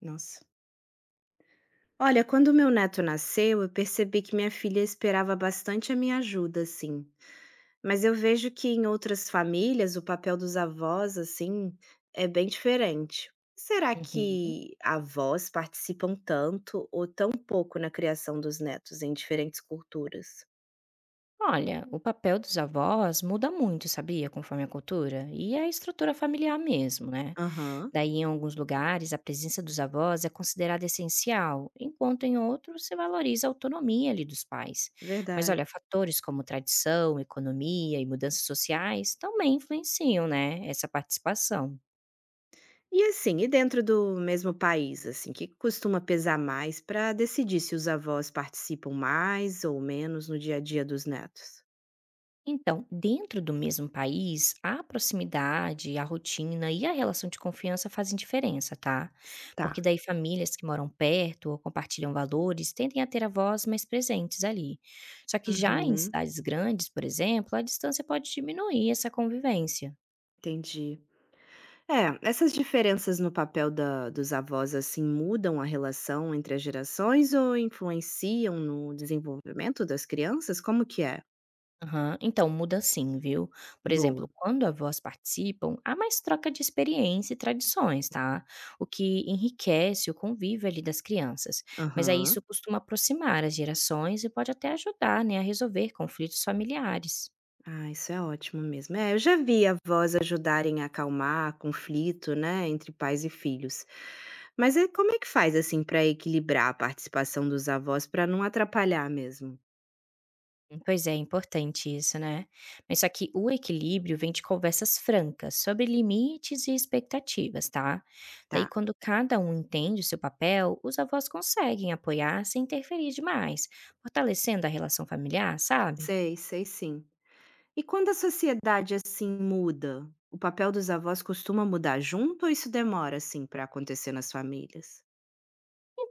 Nossa. Olha, quando meu neto nasceu, eu percebi que minha filha esperava bastante a minha ajuda, assim. Mas eu vejo que em outras famílias o papel dos avós, assim, é bem diferente. Será Uhum. que avós participam tanto ou tão pouco na criação dos netos em diferentes culturas? Olha, o papel dos avós muda muito, sabia? Conforme a cultura e a estrutura familiar mesmo, né? Aham, Daí, em alguns lugares, a presença dos avós é considerada essencial, enquanto em outros se valoriza a autonomia ali dos pais. Mas verdade. olha, fatores como tradição, economia e mudanças sociais também influenciam, né, essa participação. E assim, e dentro do mesmo país, assim, que costuma pesar mais para decidir se os avós participam mais ou menos no dia a dia dos netos? Então, dentro do mesmo país, a proximidade, a rotina e a relação de confiança fazem diferença, tá? Tá. Porque daí famílias que moram perto ou compartilham valores tendem a ter avós mais presentes ali. Só que já em Uhum. cidades grandes, por exemplo, a distância pode diminuir essa convivência. Entendi. É, essas diferenças no papel da dos avós, assim, mudam a relação entre as gerações ou influenciam no desenvolvimento das crianças? Como que é? Aham. Então, muda sim, viu? Por exemplo, Boa. quando avós participam, há mais troca de experiência e tradições, tá? O que enriquece o convívio ali das crianças. Mas aí isso Aham. costuma aproximar as gerações e pode até ajudar, né, a resolver conflitos familiares. Ah, isso é ótimo mesmo. É, eu já vi avós ajudarem a acalmar conflito, né, entre pais e filhos. Mas é como é que faz, assim, para equilibrar a participação dos avós para não atrapalhar mesmo? Pois é, é importante isso, né? Mas só que o equilíbrio vem de conversas francas sobre limites e expectativas, tá? Tá. Daí, quando cada um entende o seu papel, os avós conseguem apoiar sem interferir demais, fortalecendo a relação familiar, sabe? Sei, sei sim. E quando a sociedade, assim, muda, o papel dos avós costuma mudar junto ou isso demora, assim, para acontecer nas famílias?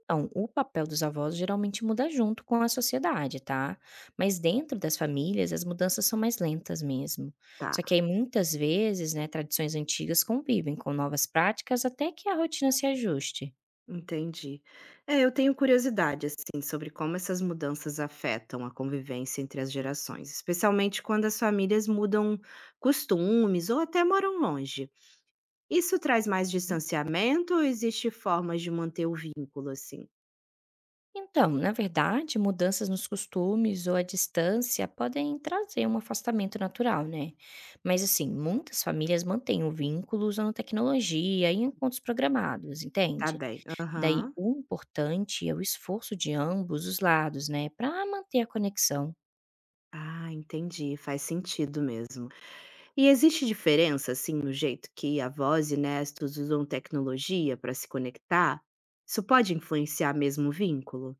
Então, o papel dos avós geralmente muda junto com a sociedade, tá? Mas dentro das famílias, as mudanças são mais lentas mesmo. Tá, Só que aí muitas vezes, né, tradições antigas convivem com novas práticas até que a rotina se ajuste. entendi. É, eu tenho curiosidade, assim, sobre como essas mudanças afetam a convivência entre as gerações, especialmente quando as famílias mudam costumes ou até moram longe. Isso traz mais distanciamento ou existe formas de manter o vínculo, assim? Então, na verdade, mudanças nos costumes ou a distância podem trazer um afastamento natural, né? Mas, assim, muitas famílias mantêm o vínculo usando tecnologia e encontros programados, Tá entende? bem. Daí, Aham. o importante é o esforço de ambos os lados, né, para manter a conexão. Ah, entendi. Faz sentido mesmo. E existe diferença, assim, no jeito que avós e nestos usam tecnologia para se conectar? Isso pode influenciar mesmo o vínculo?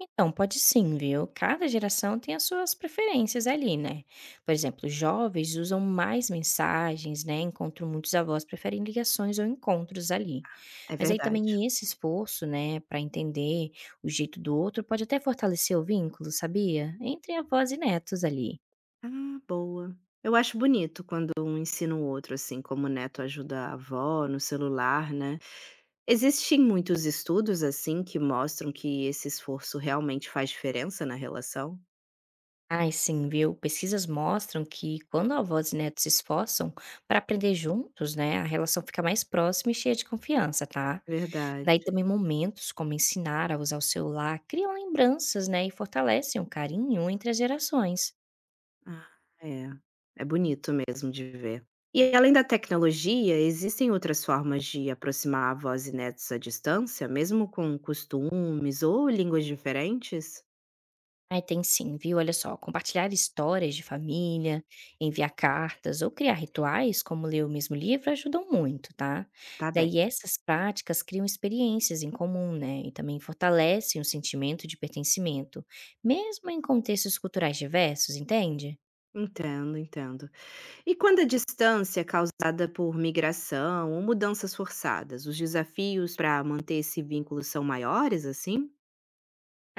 Então, pode sim, viu? Cada geração tem as suas preferências ali, né? Por exemplo, os jovens usam mais mensagens, né? Encontro muitos avós preferem ligações ou encontros ali. É Mas aí verdade. também esse esforço, né, para entender o jeito do outro pode até fortalecer o vínculo, sabia? Entre avós e netos ali. Ah, boa. Eu acho bonito quando um ensina o outro, assim, como o neto ajuda a avó no celular, né? Existem muitos estudos, assim, que mostram que esse esforço realmente faz diferença na relação? Ai, sim, viu? Pesquisas mostram que quando avós e netos se esforçam para aprender juntos, né, a relação fica mais próxima e cheia de confiança, tá? Verdade. Daí também momentos como ensinar a usar o celular criam lembranças, né, e fortalecem o carinho entre as gerações. Ah, é. É bonito mesmo de ver. E além da tecnologia, existem outras formas de aproximar avós e netos à distância, mesmo com costumes ou línguas diferentes? Aí tem sim, viu? Olha só, compartilhar histórias de família, enviar cartas ou criar rituais, como ler o mesmo livro, ajudam muito, tá? Tá bem. Daí essas práticas criam experiências em comum, né? E também fortalecem o sentimento de pertencimento, mesmo em contextos culturais diversos, entende? Entendo, entendo. E quando a distância é causada por migração ou mudanças forçadas, os desafios para manter esse vínculo são maiores, assim?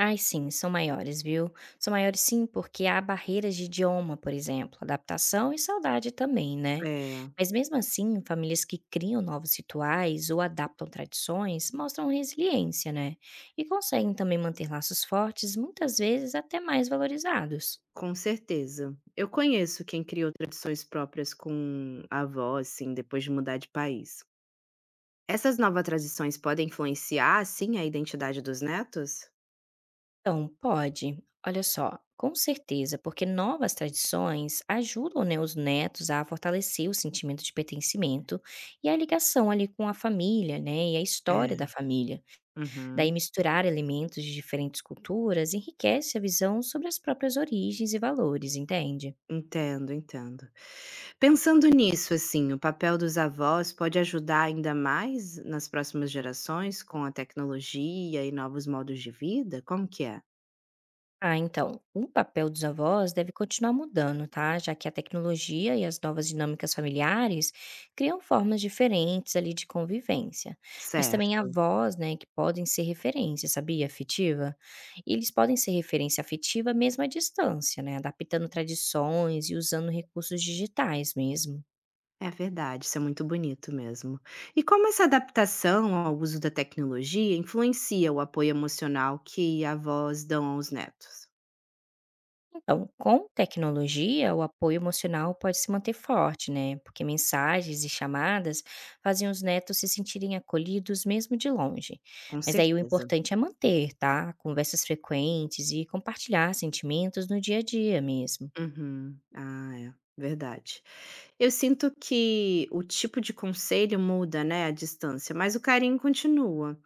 Ai, sim, são maiores, viu? São maiores sim, porque há barreiras de idioma, por exemplo, adaptação e saudade também, né? É, Mas mesmo assim, famílias que criam novos rituais ou adaptam tradições mostram resiliência, né? E conseguem também manter laços fortes, muitas vezes até mais valorizados. com certeza. Eu conheço quem criou tradições próprias com a avó, assim, depois de mudar de país. Essas novas tradições podem influenciar, assim, a identidade dos netos? Então, pode. Olha só, com certeza, porque novas tradições ajudam, né, os netos a fortalecer o sentimento de pertencimento e a ligação ali com a família, né, e a história É, da família. Daí uhum. misturar elementos de diferentes culturas enriquece a visão sobre as próprias origens e valores, entende? Entendo, entendo. Pensando nisso, assim, o papel dos avós pode ajudar ainda mais nas próximas gerações com a tecnologia e novos modos de vida? Como que é? Ah, então, o papel dos avós deve continuar mudando, tá? Já que a tecnologia e as novas dinâmicas familiares criam formas diferentes ali de convivência. Mas também Certo. avós, né, que podem ser referência, sabia? Afetiva. E eles podem ser referência afetiva mesmo à distância, né? Adaptando tradições e usando recursos digitais mesmo. É verdade, isso é muito bonito mesmo. E como essa adaptação ao uso da tecnologia influencia o apoio emocional que avós dão aos netos? Então, com tecnologia, o apoio emocional pode se manter forte, né? Porque mensagens e chamadas fazem os netos se sentirem acolhidos mesmo de longe. Com Mas daí o certeza. importante é manter, tá? Conversas frequentes e compartilhar sentimentos no dia a dia mesmo. Uhum. Ah, é. Verdade. Eu sinto que o tipo de conselho muda, né, a distância, mas o carinho continua.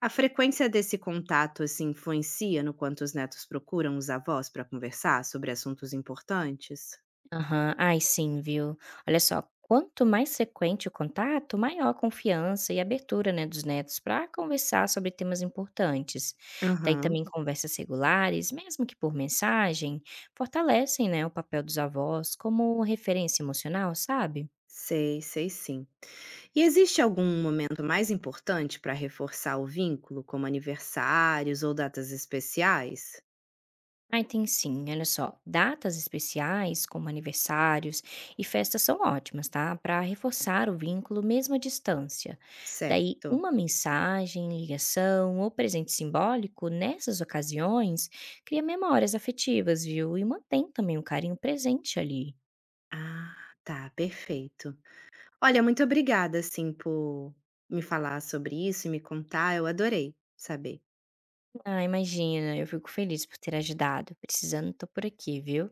A frequência desse contato, assim, influencia no quanto os netos procuram os avós para conversar sobre assuntos importantes? Aham. Ai, sim, viu. Olha só, quanto mais frequente o contato, maior a confiança e abertura, né, dos netos para conversar sobre temas importantes. Daí Aham. também conversas regulares, mesmo que por mensagem, fortalecem, né, o papel dos avós como referência emocional, sabe? Sei, sei sim. E existe algum momento mais importante para reforçar o vínculo, como aniversários ou datas especiais? Ai, tem sim, olha só. Datas especiais, como aniversários e festas, são ótimas, tá? Para reforçar o vínculo mesmo à distância. Daí, Certo. uma mensagem, ligação ou presente simbólico nessas ocasiões cria memórias afetivas, viu? E mantém também o carinho presente ali. Ah, tá, perfeito. Olha, muito obrigada, assim, por me falar sobre isso e me contar, eu adorei saber. Ah, imagina, eu fico feliz por ter ajudado. Precisando, tô por aqui, viu?